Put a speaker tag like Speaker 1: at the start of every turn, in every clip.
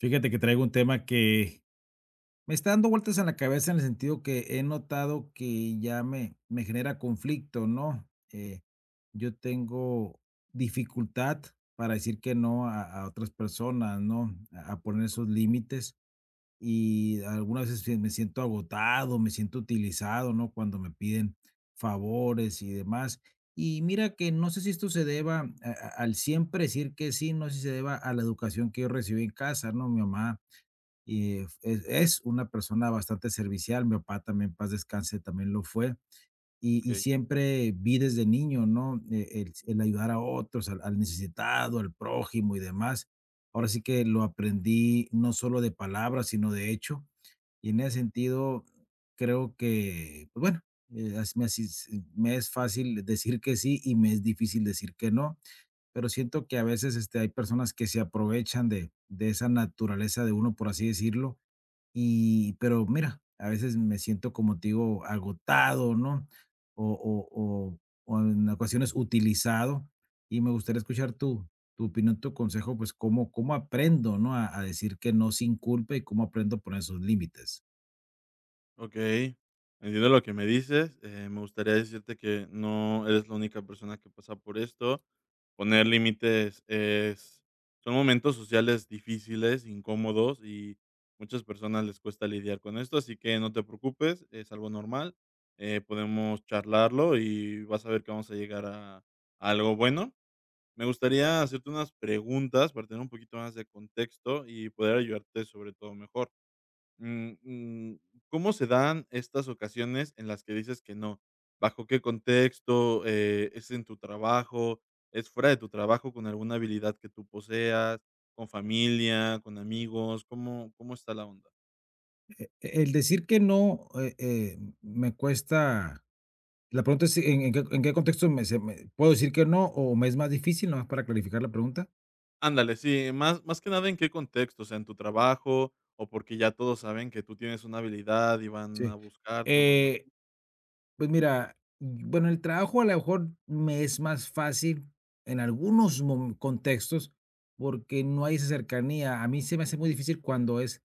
Speaker 1: Fíjate que traigo un tema que me está dando vueltas en la cabeza en el sentido que he notado que ya me genera conflicto, ¿no? Yo tengo dificultad para decir que no a otras personas, ¿no? A poner esos límites y algunas veces sí me siento agotado, me siento utilizado, ¿no? Cuando me piden favores y demás. Y mira que no sé si esto se deba al siempre decir que sí, no sé si se deba a la educación que yo recibí en casa, ¿no? Mi mamá y es una persona bastante servicial. Mi papá también, paz descanse, también lo fue. Y
Speaker 2: Okey,
Speaker 1: siempre vi desde niño, ¿no? El ayudar a otros, al necesitado, al prójimo y demás. Ahora sí que lo aprendí no solo de palabras, sino de hecho. Y en ese sentido, creo que, pues bueno, as me así s me es fácil decir que sí y me es difícil decir que no, pero siento que a veces, este, hay personas que se aprovechan de esa naturaleza de uno, por así decirlo, y, pero mira, a veces me siento, como te digo, agotado, ¿no? O, o, o, o en ocasiones utilizado. Y me gustaría escuchar tu opinión, tu consejo, pues cómo aprendo, ¿no? A decir que no sin culpa y cómo aprendo a poner esos límites.
Speaker 2: okey. Entiendo lo que me dices, me gustaría decirte que no eres la única persona que pasa por esto. Poner límites es son momentos sociales difíciles, incómodos, y muchas personas les cuesta lidiar con esto, así que no te preocupes, es algo normal, podemos charlarlo y vas a ver que vamos a llegar a algo bueno. Me gustaría hacerte unas preguntas para tener un poquito más de contexto y poder ayudarte sobre todo mejor. Mm, mm, ¿Cómo se dan estas ocasiones en las que dices que no? ¿Bajo qué contexto? ¿Es en tu trabajo? ¿Es fuera de tu trabajo con alguna habilidad que tú poseas? ¿Con familia? ¿Con amigos? Cómo está la onda?
Speaker 1: El decir que no me cuesta. La pregunta es, en qué contexto puedo decir que no o me es más difícil, nomás para clarificar la pregunta?
Speaker 2: Ándale, sí, más que nada en qué contexto, o sea, en tu trabajo o porque ya todos saben que tú tienes una habilidad y van a
Speaker 1: Sí.
Speaker 2: buscarte o algo
Speaker 1: Eh,
Speaker 2: así.
Speaker 1: Pues mira, bueno, el trabajo a lo mejor me es más fácil en algunos contextos porque no hay esa cercanía. A mí se me hace muy difícil cuando es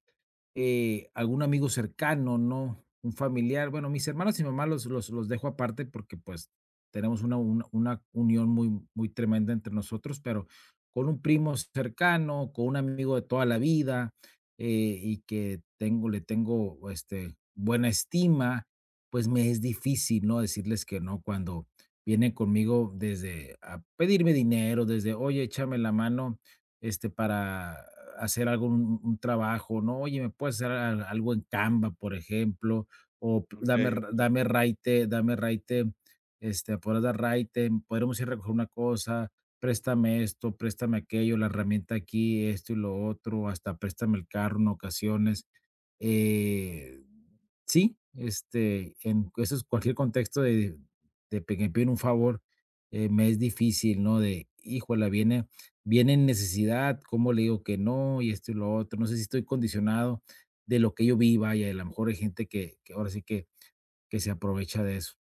Speaker 1: algún amigo cercano, ¿no? Un familiar. Bueno, mis hermanos y mi mamá los dejo aparte porque pues tenemos una unión muy, muy tremenda entre nosotros, pero con un
Speaker 2: Claro.
Speaker 1: primo cercano, con un amigo de toda la vida y que tengo este, buena estima, pues me es difícil, ¿no? Decirles que no cuando vienen conmigo desde a pedirme dinero, desde, oye, échame la mano este, para hacer algún un trabajo, ¿no? Oye, ¿me puedes hacer al algo en Canva, por ejemplo? O p
Speaker 2: Ok,
Speaker 1: dame r
Speaker 2: ok.
Speaker 1: dame raite, este, podrás dar raite, podremos ir a recoger una cosa, préstame esto, préstame aquello, la herramienta aquí, esto y lo otro, hasta préstame el carro en ocasiones. Eh Sí, este, en eso es cualquier contexto de pe que me piden un favor, me es difícil, ¿no? De, híjole, viene en necesidad, ¿cómo le digo que no? Y esto y lo otro. No sé si estoy condicionado de lo que yo vi, vaya, y a lo mejor hay gente que ahora sí que se aprovecha de eso.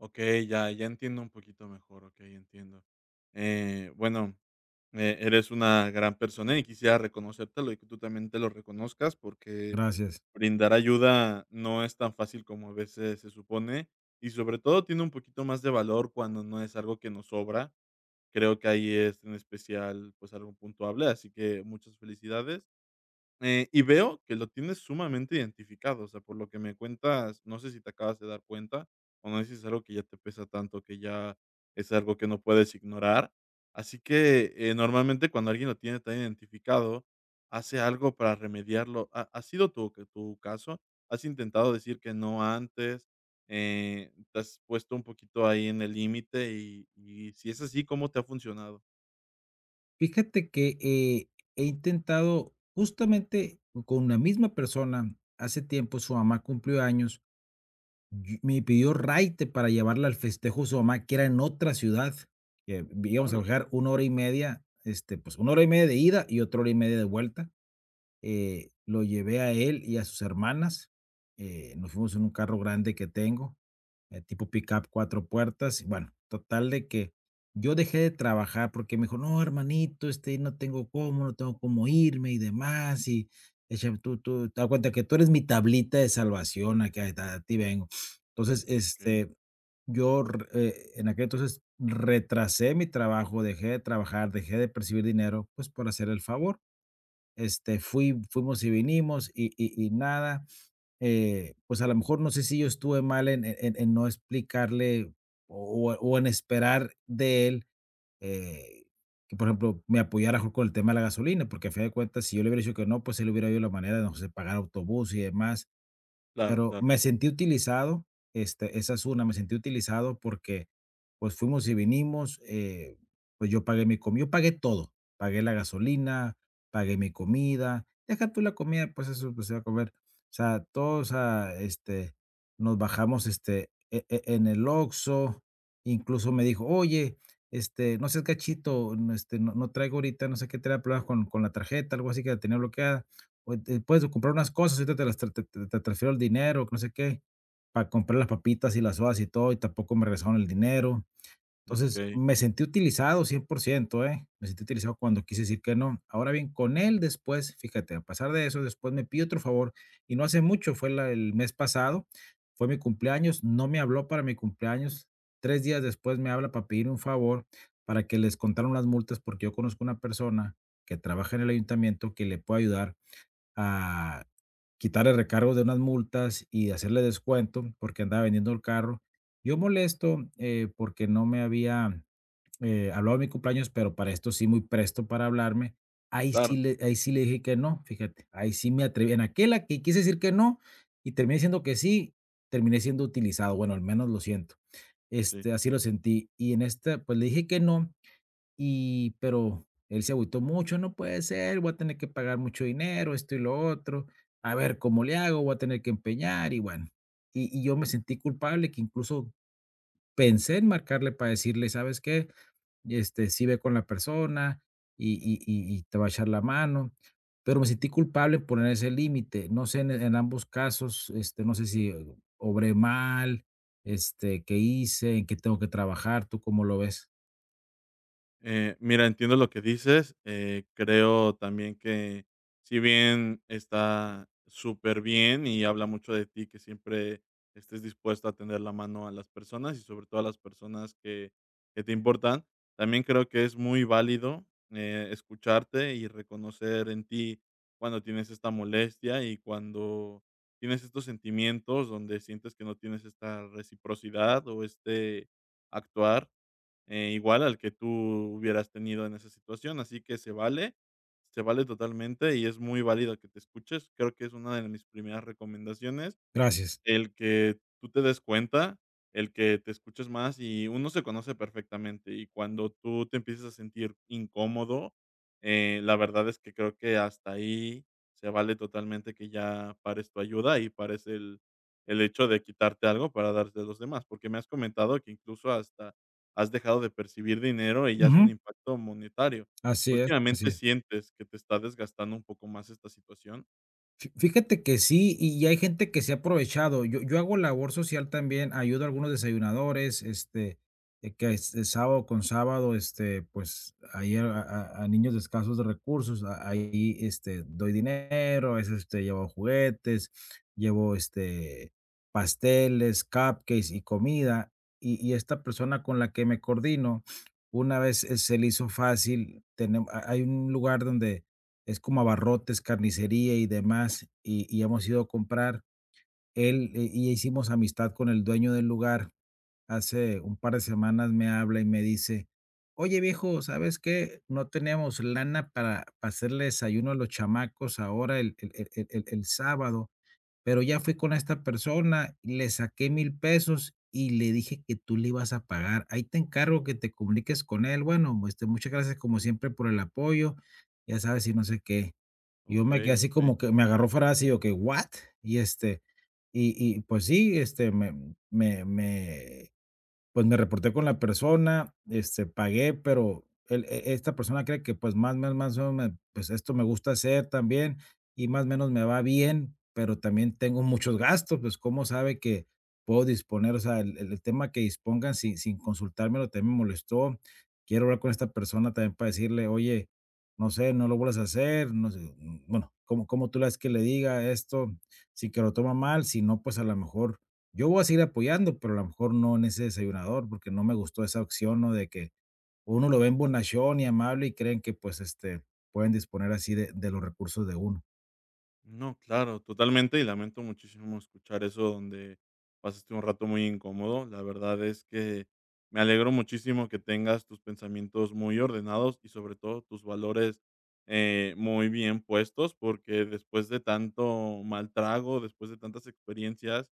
Speaker 2: Okey, ya entiendo un poquito mejor, okey, entiendo. Eh, bueno, eres una gran persona y quisiera reconocértelo y que tú también te lo reconozcas, porque
Speaker 1: Gracias.
Speaker 2: brindar ayuda no es tan fácil como a veces se supone, y sobre todo tiene un poquito más de valor cuando no es algo que nos sobra. Creo que ahí es en especial, pues, algo puntuable, así que muchas felicidades. Y veo que lo tienes sumamente identificado, o sea, por lo que me cuentas, no sé si te acabas de dar cuenta o no sé si es algo que ya te pesa tanto, que ya es algo que no puedes ignorar. Así que normalmente cuando alguien lo tiene tan identificado, hace algo para remediarlo. Ha sido tu, que tu caso? ¿Has intentado decir que no antes? ¿Te has puesto un poquito ahí en el límite? Y si es así, ¿cómo te ha funcionado?
Speaker 1: Fíjate que, he intentado justamente con la misma persona, hace tiempo su mamá cumplió años. Yo me pidió raite para llevarla al festejo de su mamá, que era en otra ciudad, que íbamos a
Speaker 2: Hola.
Speaker 1: viajar una hora y media, este, pues, una hora y media de ida y otra hora y media de vuelta. Lo llevé a él y a sus hermanas, nos fuimos en un carro grande que tengo, tipo pickup cuatro puertas. Y bueno, total de que yo dejé de trabajar porque me dijo, no, hermanito, este, no tengo cómo, no tengo cómo irme y demás. Y te das cuenta que tú eres mi tablita de salvación, acá a ti vengo. Entonces,
Speaker 2: Ok,
Speaker 1: este, en aquel entonces retrasé mi trabajo, dejé de trabajar, dejé de percibir dinero, pues por hacer el favor. Este, fuimos y vinimos y nada pues, a lo mejor no sé si yo estuve mal en no explicarle o en esperar de él, eh, que, por ejemplo, me apoyara mejor con el tema de la gasolina, porque a fin de cuentas, si yo le hubiera dicho que no, pues, él hubiera habido la manera de, no sé, pagar autobús y demás.
Speaker 2: claro,
Speaker 1: Pero
Speaker 2: claro.
Speaker 1: me sentí utilizado, este, esa es una, me sentí utilizado porque, pues, fuimos y vinimos, pues, yo pagué mi comida, yo pagué todo, pagué la gasolina, pagué mi comida, deja tú la comida, pues, eso, pues, ir a comer, o sea, todos o este, nos bajamos, este, en el Oxxo, incluso me dijo: "Oye, este, no seas cachito, no, este, no traigo ahorita, no sé qué, traía problemas con la tarjeta", algo así que la tenía bloqueada o te puedes comprar unas cosas, ahorita te transfiero el dinero, que no sé qué, para comprar las papitas y las sodas y todo, y tampoco me regresaron el dinero.
Speaker 2: Ok,
Speaker 1: Entonces, me sentí utilizado 100%, ¿eh? Me sentí utilizado cuando quise decir que no. Ahora bien, con él después, fíjate, a pasar de eso, después me pidió otro favor, y no hace mucho, fue la el mes pasado, fue mi cumpleaños, no me habló para mi cumpleaños, 3 días después me habla para pedir un favor, para que les contaron las multas, porque yo conozco una persona que trabaja en el ayuntamiento que le puede ayudar a quitarle recargos de unas multas y hacerle descuento porque andaba vendiendo el carro. Yo molesto porque no me había hablado de mi cumpleaños, pero para esto sí muy presto para hablarme.
Speaker 2: claro.
Speaker 1: Ahí sí le dije que no, fíjate, ahí sí me atreví. En aquella que quise decir que no y terminé diciendo que sí, terminé siendo utilizado. Bueno, al menos lo siento.
Speaker 2: Sí.
Speaker 1: Este, así lo sentí. Y en esta, pues le dije que no y pero él se agüitó mucho, no puede ser, voy a tener que pagar mucho dinero, esto y lo otro, a ver cómo le hago, voy a tener que empeñar y bueno, y yo me sentí culpable que incluso pensé en marcarle para decirle, ¿sabes qué? Este, sí ve con la persona y te va a echar la mano, pero me sentí culpable en poner ese límite, no sé, en ambos casos, este, no sé si obré mal, este, ¿qué hice? ¿En qué tengo que trabajar? ¿Tú cómo lo ves?
Speaker 2: Mira, entiendo lo que dices. Creo también que si bien está súper bien y habla mucho de ti que siempre estés dispuesto a tender la mano a las personas y sobre todo a las personas que te importan, también creo que es muy válido escucharte y reconocer en ti cuando tienes esta molestia y cuando tienes estos sentimientos donde sientes que no tienes esta reciprocidad o este actuar igual al que tú hubieras tenido en esa situación, así que se vale totalmente y es muy válido que te escuches. Creo que es una de mis primeras recomendaciones
Speaker 1: Gracias.
Speaker 2: el que tú te des cuenta, el que te escuches más y uno se conoce perfectamente, y cuando tú te empiezas a sentir incómodo, la verdad es que creo que hasta ahí se vale totalmente que ya pares tu ayuda y pares el hecho de quitarte algo para darte a los demás, porque me has comentado que incluso hasta has dejado de percibir dinero y ya es un
Speaker 1: Ujú.
Speaker 2: impacto monetario.
Speaker 1: Así es, así
Speaker 2: ¿Últimamente
Speaker 1: es.
Speaker 2: sientes que te está desgastando un poco más esta situación?
Speaker 1: Fi fíjate que sí, y hay gente que se ha aprovechado. Yo hago labor social también, ayudo a algunos desayunadores, este, que es sábado con sábado, este, pues, ahí a niños de escasos de recursos, a ahí, este, doy dinero, a veces, este, llevo juguetes, llevo, este, pasteles, cupcakes y comida, y esta persona con la que me coordino, una vez, se le hizo fácil, tenem hay un lugar donde es como abarrotes, carnicería y demás, y hemos ido a comprar. Él, y hicimos amistad con el dueño del lugar. Hace un par de semanas me habla y me dice: "Oye, viejo, ¿sabes qué? No tenemos lana para hacerle desayuno a los chamacos ahora el sábado, pero ya fui con esta persona, le saqué 1000 pesos y le dije que tú le ibas a pagar. Ahí te encargo que te comuniques con él. Bueno, este, muchas gracias como siempre por el apoyo, ya sabes", y no sé qué. Yo me quedé
Speaker 2: Okey,
Speaker 1: así
Speaker 2: okey.
Speaker 1: como que me agarró fuera así, o que, ¿what? Y, este, pues sí, este, me me me pues me reporté con la persona, este, pagué, pero el e esta persona cree que, pues, más o me pues, esto me gusta hacer también, y más o menos me va bien, pero también tengo muchos gastos, pues, ¿cómo sabe que puedo disponer? O sea, el tema que dispongan sin consultármelo también me molestó. Quiero hablar con esta persona también para decirle: "Oye, no sé, no lo vuelvas a hacer", no sé, mm, bueno, cómo tú le haces que le diga esto? Si que lo toma mal, si no, pues, a lo mejor yo voy a seguir apoyando, pero a lo mejor no en ese desayunador, porque no me gustó esa opción, ¿no? De que uno lo ven bonachón y amable y creen que, pues, este, pueden disponer así de los recursos de uno.
Speaker 2: No, claro, totalmente, y lamento muchísimo escuchar eso donde pasaste un rato muy incómodo. La verdad es que me alegro muchísimo que tengas tus pensamientos muy ordenados y sobre todo tus valores muy bien puestos, porque después de tanto mal trago, después de tantas experiencias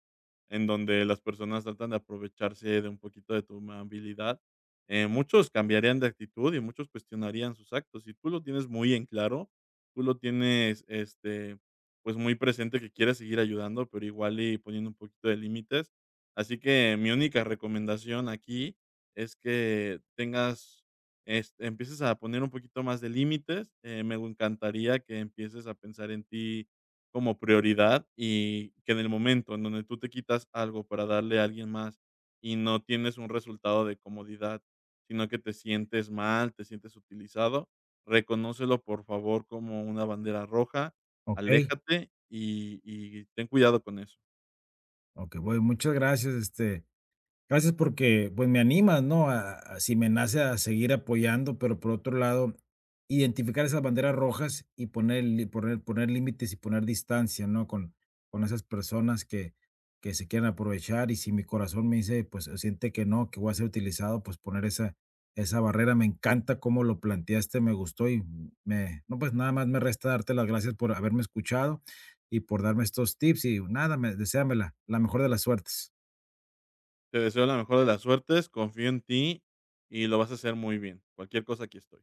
Speaker 2: en donde las personas tratan de aprovecharse de un poquito de tu amabilidad, muchos cambiarían de actitud y muchos cuestionarían sus actos. Y tú lo tienes muy en claro, tú lo tienes, este pues, muy presente que quiere seguir ayudando, pero igual y poniendo un poquito de límites. Así que mi única recomendación aquí es que tengas este, empieces a poner un poquito más de límites. Me encantaría que empieces a pensar en ti como prioridad y que en el momento en donde tú te quitas algo para darle a alguien más y no tienes un resultado de comodidad, sino que te sientes mal, te sientes utilizado, reconócelo por favor como una bandera roja
Speaker 1: Okey,
Speaker 2: aléjate y ten cuidado con eso.
Speaker 1: okey, voy. Muchas gracias, este. Gracias porque, pues, me animas, ¿no? A si me nace a seguir apoyando, pero por otro lado, identificar esas banderas rojas y poner li poner poner límites y poner distancia, ¿no? Con esas personas que se quieren aprovechar, y si mi corazón me dice, pues, siente que no, que voy a ser utilizado, pues, poner esa barrera. Me encanta cómo lo planteaste, me gustó y me no, pues, nada más me resta darte las gracias por haberme escuchado y por darme estos tips y nada, me deséame la mejor de las suertes.
Speaker 2: Te deseo la mejor de las suertes, confío en ti y lo vas a hacer muy bien. Cualquier cosa, aquí estoy.